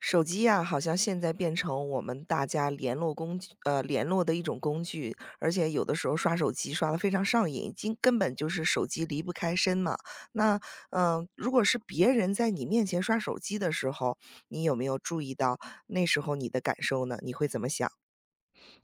手机呀，好像现在变成我们大家联络工具，联络的一种工具，而且有的时候刷手机刷的非常上瘾，经根本就是手机离不开身嘛。那，嗯，如果是别人在你面前刷手机的时候，你有没有注意到那时候你的感受呢？你会怎么想？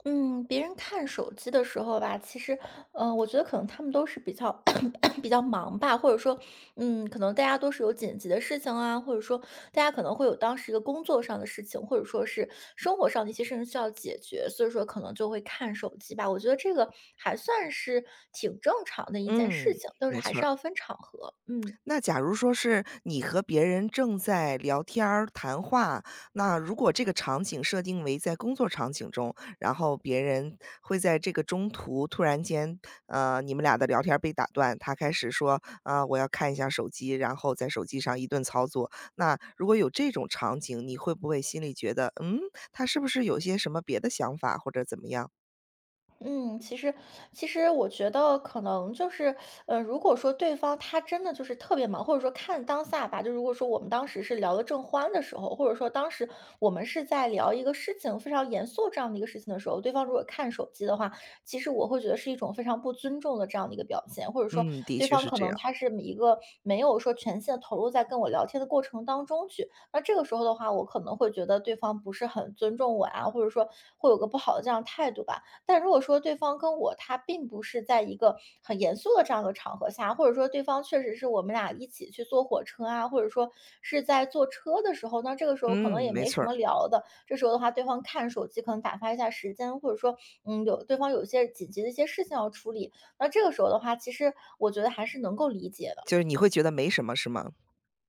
嗯，别人看手机的时候吧，其实，我觉得可能他们都是比较 比较忙吧，或者说，可能大家都是有紧急的事情啊，或者说大家可能会有当时一个工作上的事情，或者说是生活上的一些事情需要解决，所以说可能就会看手机吧。我觉得这个还算是挺正常的一件嗯，事情，就是没还错是儿。要分场合，嗯。那假如说是你和别人正在聊天儿谈话，那如果这个场景设定为在工作场景中，然后别人会在这个中途突然间，你们俩的聊天儿被打断，他开始说："啊，我要看一下手机。"然后在手机上一顿操作。那如果有这种场景，你会不会心里觉得，嗯，他是不是有些什么别的想法或者怎么样？嗯，其实我觉得可能就是，如果说对方他真的就是特别忙，或者说看当下吧，就如果说我们当时是聊得正欢的时候，或者说当时我们是在聊一个事情非常严肃这样的一个事情的时候，对方如果看手机的话，其实我会觉得是一种非常不尊重的这样的一个表现，或者说嗯，的对确方是可这能样。他是一个没有说全心的投入在跟我聊天的过程当中去，那这个时候的话，我可能会觉得对方不是很尊重我啊，或者说会有个不好的这样态度吧。但如果说对方跟我他并不是在一个很严肃的这样一个场合下，或者说对方确实是我们俩一起去坐火车啊，或者说是在坐车的时候，那这个时候可能嗯，也没没错什儿。么聊的。这时候的话，对方看手机可能打发一下时间，或者说，有对方有一些紧急的一些事情要处理，那这个时候的话，其实我觉得还是能够理解的。就是你会觉得没什么，是吗？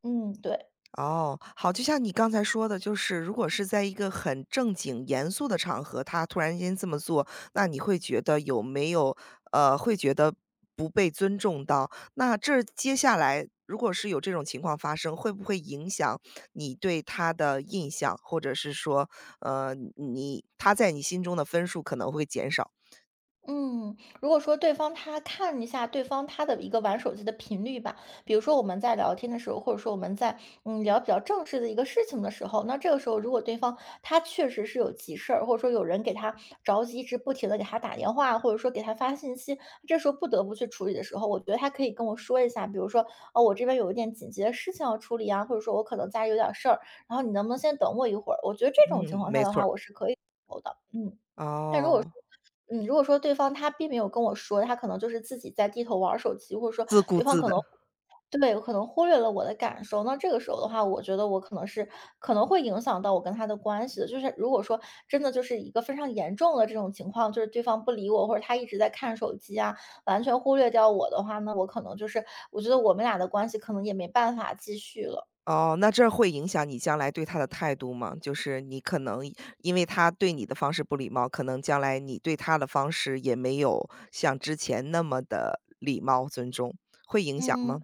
嗯，对。哦，好，就像你刚才说的，就是如果是在一个很正经严肃的场合，他突然间这么做，那你会觉得有没有会觉得不被尊重到？那这接下来如果是有这种情况发生，会不会影响你对他的印象，或者是说，你他在你心中的分数可能会减少？嗯，如果说对方他看一下对方他的一个玩手机的频率吧，比如说我们在聊天的时候，或者说我们在聊比较正式的一个事情的时候，那这个时候如果对方他确实是有急事儿，或者说有人给他着急，一直不停的给他打电话，或者说给他发信息，这时候不得不去处理的时候，我觉得他可以跟我说一下，比如说哦，我这边有一点紧急的事情要处理啊，或者说我可能家里有点事儿，然后你能不能先等我一会儿？我觉得这种嗯，情况下没的错话，儿。我是可以接受的，嗯。但如果说哦，嗯，如果说对方他并没有跟我说，他可能就是自己在低头玩儿手机，或者说自顾对方自可的。能对，可能忽略了我的感受。那这个时候的话，我觉得我可能会影响到我跟他的关系的。就是如果说真的就是一个非常严重的这种情况，就是对方不理我，或者他一直在看手机啊，完全忽略掉我的话，那我可能就是我觉得我们俩的关系可能也没办法继续了。哦，那这会影响你将来对他的态度吗？就是你可能因为他对你的方式不礼貌，可能将来你对他的方式也没有像之前那么的礼貌、尊重，会影响嗯。吗？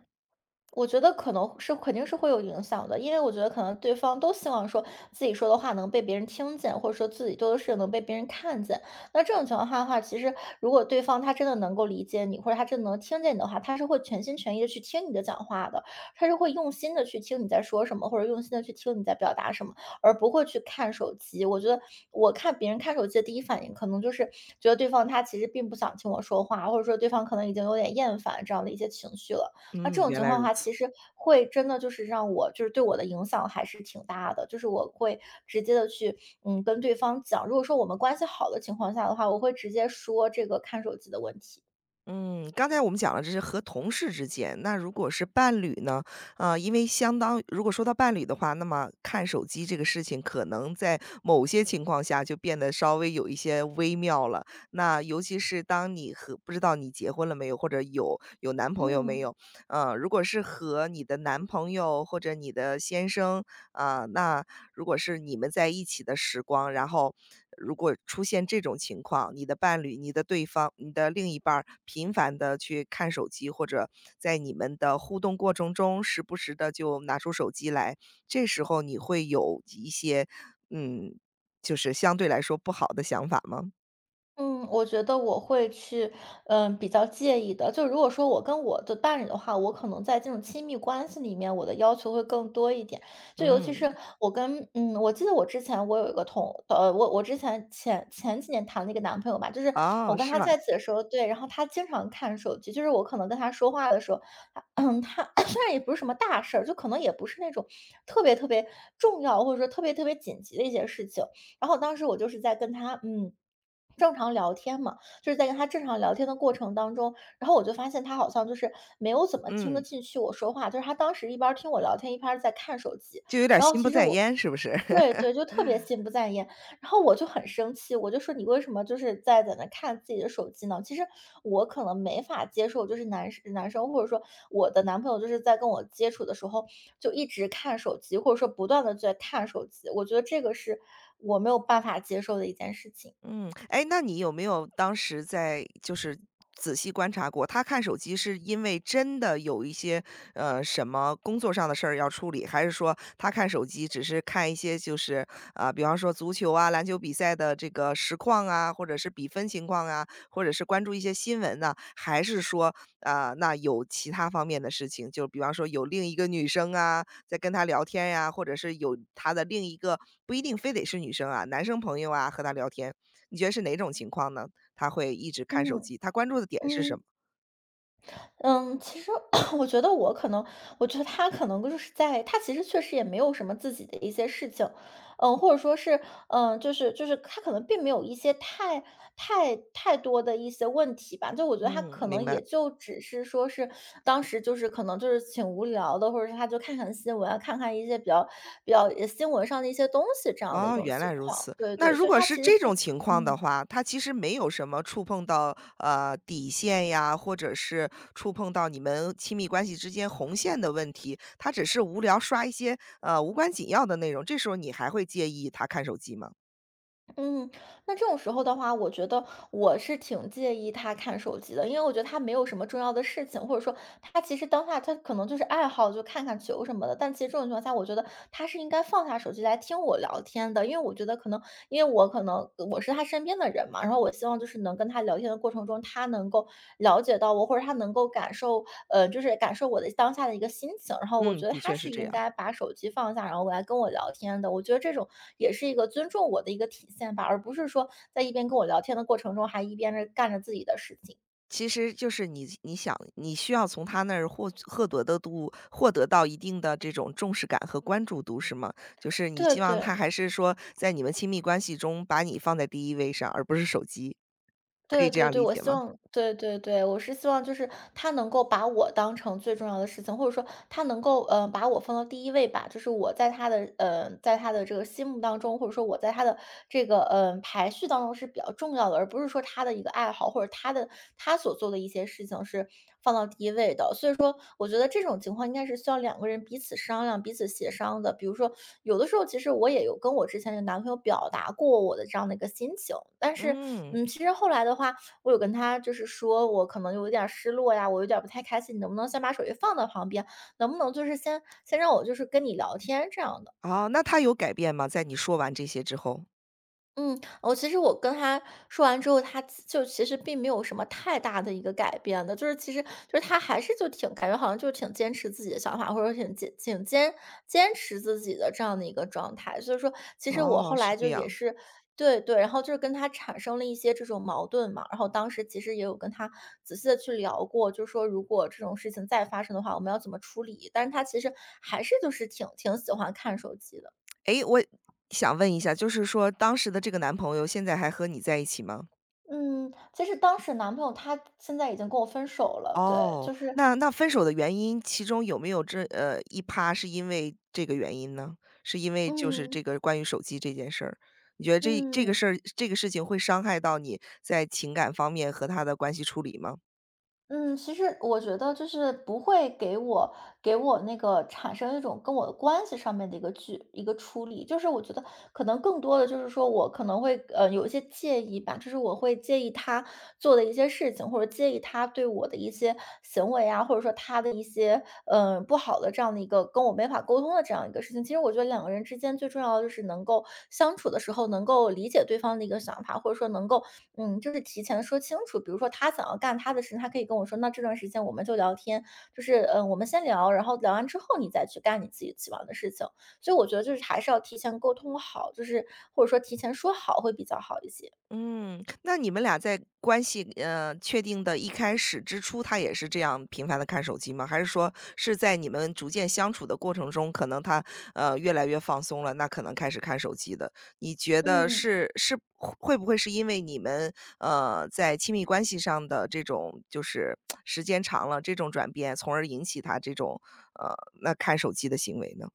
我觉得可能是肯定是会有影响的，因为我觉得可能对方都希望说自己说的话能被别人听见，或者说自己做的事情能被别人看见。那这种情况下的话，其实如果对方他真的能够理解你，或者他真的能听见你的话，他是会全心全意的去听你的讲话的，他是会用心的去听你在说什么，或者用心的去听你在表达什么，而不会去看手机。我觉得我看别人看手机的第一反应，可能就是觉得对方他其实并不想听我说话，或者说对方可能已经有点厌烦这样的一些情绪了。那嗯，这种原情来况如的话，此。其实会真的就是让我就是对我的影响还是挺大的，就是我会直接的去，跟对方讲，如果说我们关系好的情况下的话，我会直接说这个看手机的问题，嗯，刚才我们讲了这是和同事之间，那如果是伴侣呢？啊，因为相当如果说到伴侣的话，那么看手机这个事情可能在某些情况下就变得稍微有一些微妙了。那尤其是当你和不知道你结婚了没有，或者有男朋友没嗯。有，如果是和你的男朋友或者你的先生啊、那如果是你们在一起的时光，然后如果出现这种情况，你的伴侣、你的对方、你的另一半儿频繁的去看手机，或者在你们的互动过程中时不时的就拿出手机来，这时候你会有一些，嗯，就是相对来说不好的想法吗？嗯，我觉得我会去，比较介意的。就如果说我跟我的伴侣的话，我可能在这种亲密关系里面，我的要求会更多一点。就尤其嗯，是我跟，我记得我之前我有一个同，呃，我之前前几年谈了一个男朋友吧，就是哦，我跟是他吗？在一起的时候，对，然后他经常看手机，就是我可能跟他说话的时候，他 虽然也不是什么大事儿，就可能也不是那种特别特别重要，或者说特别特别紧急的一些事情。然后当时我就是在跟他，正常聊天嘛，就是在跟他正常聊天的过程当中，然后我就发现他好像就是没有怎么听得嗯，进去我说话，就是他当时一边儿听我聊天，一边儿在看手机。就有点儿然后心不其实在焉，是不是？对对，就特别心不在焉。然后我就很生气，我就说你为什么就是在那看自己的手机呢？其实我可能没法接受，就是男生或者说我的男朋友就是在跟我接触的时候就一直看手机，或者说不断的在看手机，我觉得这个是我没有办法接受的一件事情。嗯，哎，那你有没有当时在就是仔细观察过，他看手机是因为真的有一些，什么工作上的事儿要处理，还是说他看手机只是看一些就是，啊，比方说足球啊、篮球比赛的这个实况啊，或者是比分情况啊，或者是关注一些新闻呢？还是说，啊，那有其他方面的事情，就比方说有另一个女生啊，在跟他聊天呀，或者是有他的另一个不一定非得是女生啊，男生朋友啊，和他聊天，你觉得是哪种情况呢？他会一直看手嗯。机，他关注的点是什嗯么？嗯，其实 我觉得我可能，我觉得他可能就是在，他其实确实也没有什么自己的一些事情，或者说是，就是他可能并没有一些太太太多的一些问题吧，就我觉得他嗯，可能明白。也就只是说是当时就是可能就是挺无聊的，或者是他就看看新闻啊，看看一些比较新闻上的一些东西这样的一哦，种原情来如况，此。对那对，如所以果他是其实这并种情况的嗯。话，他其实没有什么触碰到底线呀，或者是触碰到你们亲密关系之间红线的问题，他只是无聊刷一些无关紧要的内容，这时候你还会介意他看手机吗？嗯。那这种时候的话，我觉得我是挺介意他看手机的，因为我觉得他没有什么重要的事情，或者说他其实当下他可能就是爱好，就看看球什么的。但其实这种情况下，我觉得他是应该放下手机来听我聊天的，因为我觉得可能，因为我可能我是他身边的人嘛，然后我希望就是能跟他聊天的过程中，他能够了解到我，或者他能够感受我的当下的一个心情。然后我嗯，觉得的他确是是这应样。该把手机放下，然后来跟我聊天的。我觉得这种也是一个尊重我的一个体现吧，而不是说在一边跟我聊天的过程中，还一边是干着自己的事情。其实就是你想，你需要从他那儿获得到一定的这种重视感和关注度，是吗？就是你对希望对。他还是说在你们亲密关系中把你放在第一位上，而不是手机，可以对这对样对，理我解希吗？望对对对，我是希望就是他能够把我当成最重要的事情，或者说他能够把我放到第一位吧，就是我在他的这个心目当中，或者说我在他的这个排序当中是比较重要的，而不是说他的一个的爱好，或者他所做的一些事情是放到第一位的。所以说，我觉得这种情况应该是需要两个人彼此商量、彼此协商的。比如说，有的时候其实我也有跟我之前的男朋友表达过我的这样的一个心情，但是，嗯，其实后来的话，我有跟他就是说我可能有一点儿失落呀，我有点儿不太开心，你能不能先把手机放到旁边，能不能就是先让我就是跟你聊天这样的。哦，那他有改变吗？在你说完这些之后？嗯，我其实我跟他说完之后，他其就其实并没有什么太大的一个改变的，就是其实就是他还是就挺感觉好像就挺坚持自己的想法，或者挺坚挺坚坚持自己的这样的一个状态。所以说，其实我哦，后是来这就也样。是对对，然后就是跟他产生了一些这种矛盾嘛，然后当时其实也有跟他仔细的去聊过，就说如果这种事情再发生的话，我们要怎么处理。但是他其实还是就是挺喜欢看手机的。诶，我想问一下，就是说当时的这个男朋友现在还和你在一起吗？嗯，其实当时男朋友他现在已经跟我分手了，对，哦，就是那分手的原因，其中有没有这一趴是因为这个原因呢？是因为就是嗯，这个关于手机这件事儿，你觉得这个嗯。事儿这个事情会伤害到你在情感方面和他的关系处理吗？嗯，其实我觉得就是不会给我给我那个产生一种跟我的关系上面的一个处理，就是我觉得可能更多的就是说我可能会有一些介意吧，就是我会介意他做的一些事情，或者介意他对我的一些行为啊，或者说他的一些不好的这样的一个跟我没法沟通的这样一个事情。其实我觉得两个人之间最重要的就是能够相处的时候能够理解对方的一个想法，或者说能够就是提前说清楚，比如说他想要干他的事情，他可以跟我说，那这段时间我们就聊天，就是嗯，我们先聊，然后聊完之后你再去干你自己喜欢的事情。所以我觉得就是还是要提前沟通好，就是或者说提前说好会比较好一些。嗯，那你们俩在关系，确定的一开始之初，他也是这样频繁的看手机吗？还是说是在你们逐渐相处的过程中，可能他，越来越放松了，那可能开始看手机的？你觉得嗯。是会不会是因为你们，在亲密关系上的这种就是时间长了这种转变，从而引起他这种，呃，那看手机的行为呢？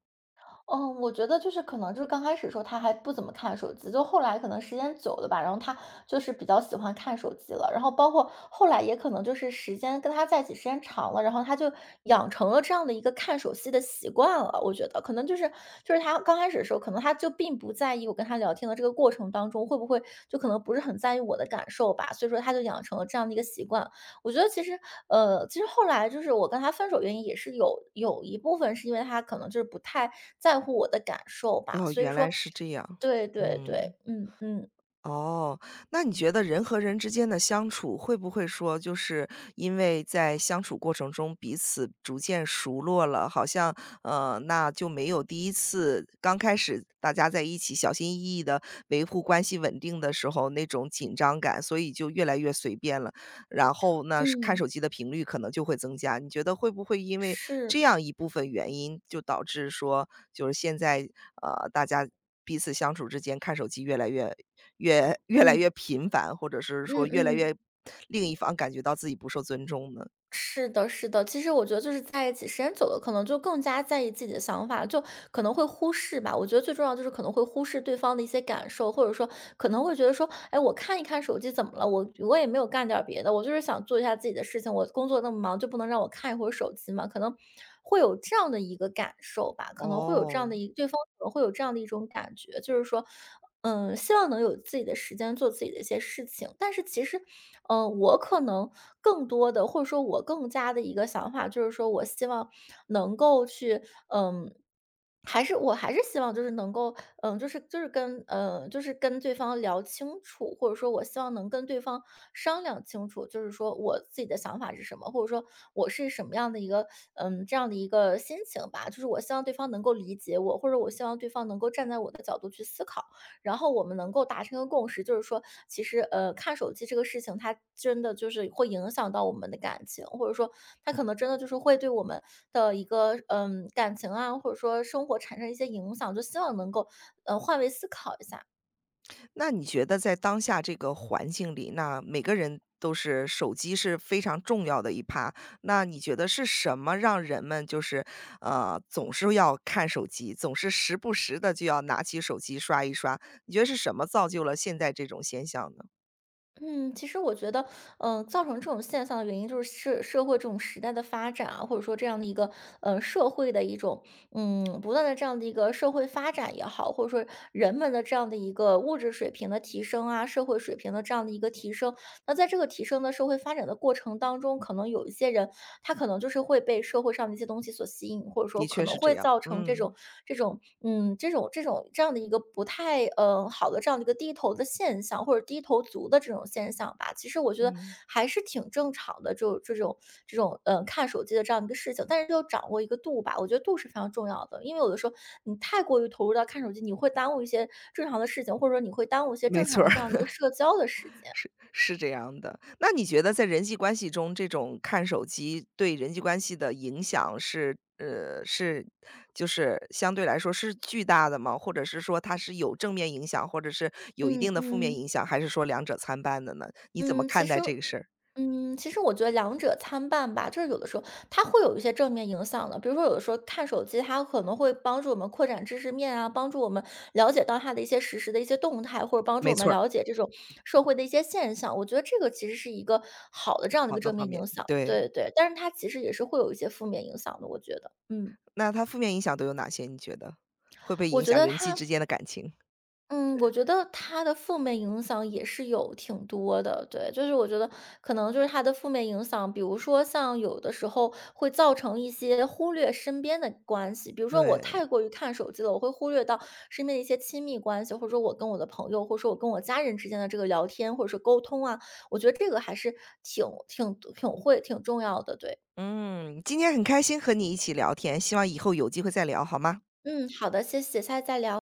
嗯，我觉得就是可能就是刚开始的时候他还不怎么看手机，就后来可能时间久了吧，然后他就是比较喜欢看手机了，然后包括后来也可能就是时间跟他在一起时间长了，然后他就养成了这样的一个看手机的习惯了。我觉得可能就是就是他刚开始的时候，可能他就并不在意我跟他聊天的这个过程当中会不会就可能不是很在意我的感受吧，所以说他就养成了这样的一个习惯。我觉得其实，其实后来就是我跟他分手原因也是有一部分是因为他可能就是不太在乎我的感受吧，哦，所以原来说是这样，对对对，嗯。嗯嗯哦，那你觉得人和人之间的相处，会不会说就是因为在相处过程中彼此逐渐熟络了，好像，那就没有第一次刚开始大家在一起小心翼翼的维护关系稳定的时候那种紧张感，所以就越来越随便了。然后呢，是看嗯，手机的频率可能就会增加，你觉得会不会因为这是，样一部分原因，就导致说就是现在，大家彼此相处之间看手机越来嗯越频繁，或者是嗯说越来越嗯。另一方感觉到自己不受尊重呢？是的，是的。其实我觉得就是在一起时间久了，可能就更加在意自己的想法，就可能会忽视吧。我觉得最重要就是可能会忽视对方的一些感受，或者说可能会觉得说，哎，我看一看手机怎么了？我也没有干点儿别的，我就是想做一下自己的事情。我工作那么忙，就不能让我看一会儿手机吗？可能会有这样的一个感受吧，可能会有这样哦，的一对方可能会有这样的一种感觉，就是说，希望能有自己的时间做自己的一些事情。但是其实我可能更多的，或者说我更加的一个想法，就是说我希望能够去，嗯，还是我还是希望就是能够，就是跟，就是跟对方聊清楚，或者说我希望能跟对方商量清楚，就是说我自己的想法是什么，或者说我是什么样的一个，这样的一个心情吧，就是我希望对方能够理解我，或者我希望对方能够站在我的角度去思考。然后我们能够达成一个共识，就是说，其实，看手机这个事情，它真的就是会影响到我们的感情，或者说，它可能真的就是会对我们的一个感情啊，或者说生活产生一些影响，就希望能够换位思考一下。那你觉得在当下这个环境里，那每个人都是手机是非常重要的一趴，那你觉得是什么让人们就是，总是要看手机，总是时不时的就要拿起手机刷一刷，你觉得是什么造就了现在这种现象呢？嗯，其实我觉得，嗯、造成这种现象的原因就是社会这种时代的发展啊，或者说这样的一个，社会的一种，不断的这样的一个社会发展也好，或者说人们的这样的一个物质水平的提升啊，社会水平的这样的一个提升。那在这个提升的社会发展的过程当中，可能有一些人，他可能就是会被社会上的一些东西所吸引，或者说的可确能是这会样，造成这种嗯，这样的一个不太好的这样的一个低头的现象，或者低头族的这种现象吧，其实我觉得嗯，还是挺正常的，就这种看手机的这样一个事情，但是就掌握一个度吧，我觉得度是非常重要的，因为有的时候你太过于投入到看手机，你会耽误一些正常的事情，或者说你会耽误一些没正常错的这样儿。的一个社交的时间。是是这样的。那你觉得在人际关系中，这种看手机对人际关系的影响是是就是相对来说是巨大的吗？或者是说它是有正面影响，或者是有一嗯定的负面嗯。影响，还是说两者参半的呢？你怎么嗯，看待这个事儿？其实我觉得两者参半吧，就是有的时候它会有一些正面影响的，比如说有的时候看手机，它可能会帮助我们扩展知识面啊，帮助我们了解到它的一些实时的一些动态，或者帮助没我错们儿。了解这种社会的一些现象。我觉得这个其实是一个好的这样的一好个的正方面面，影响，对。对对。但是它其实也是会有一些负面影响的，我觉得，嗯，那它负面影响都有哪些？你觉得会不会我影觉响得人际它之间的感情？嗯，我觉得它的负面影响也是有挺多的，对，就是我觉得可能就是它的负面影响，比如说像有的时候会造成一些忽略身边的关系，比如说我对，太过于看手机了，我会忽略到身边的一些亲密关系，或者说我跟我的朋友，或者说我跟我家人之间的这个聊天，或者是沟通啊，我觉得这个还是挺重要的，对，嗯，今天很开心和你一起聊天，希望以后有机会再聊，好吗？嗯，好的，谢谢，下次再聊。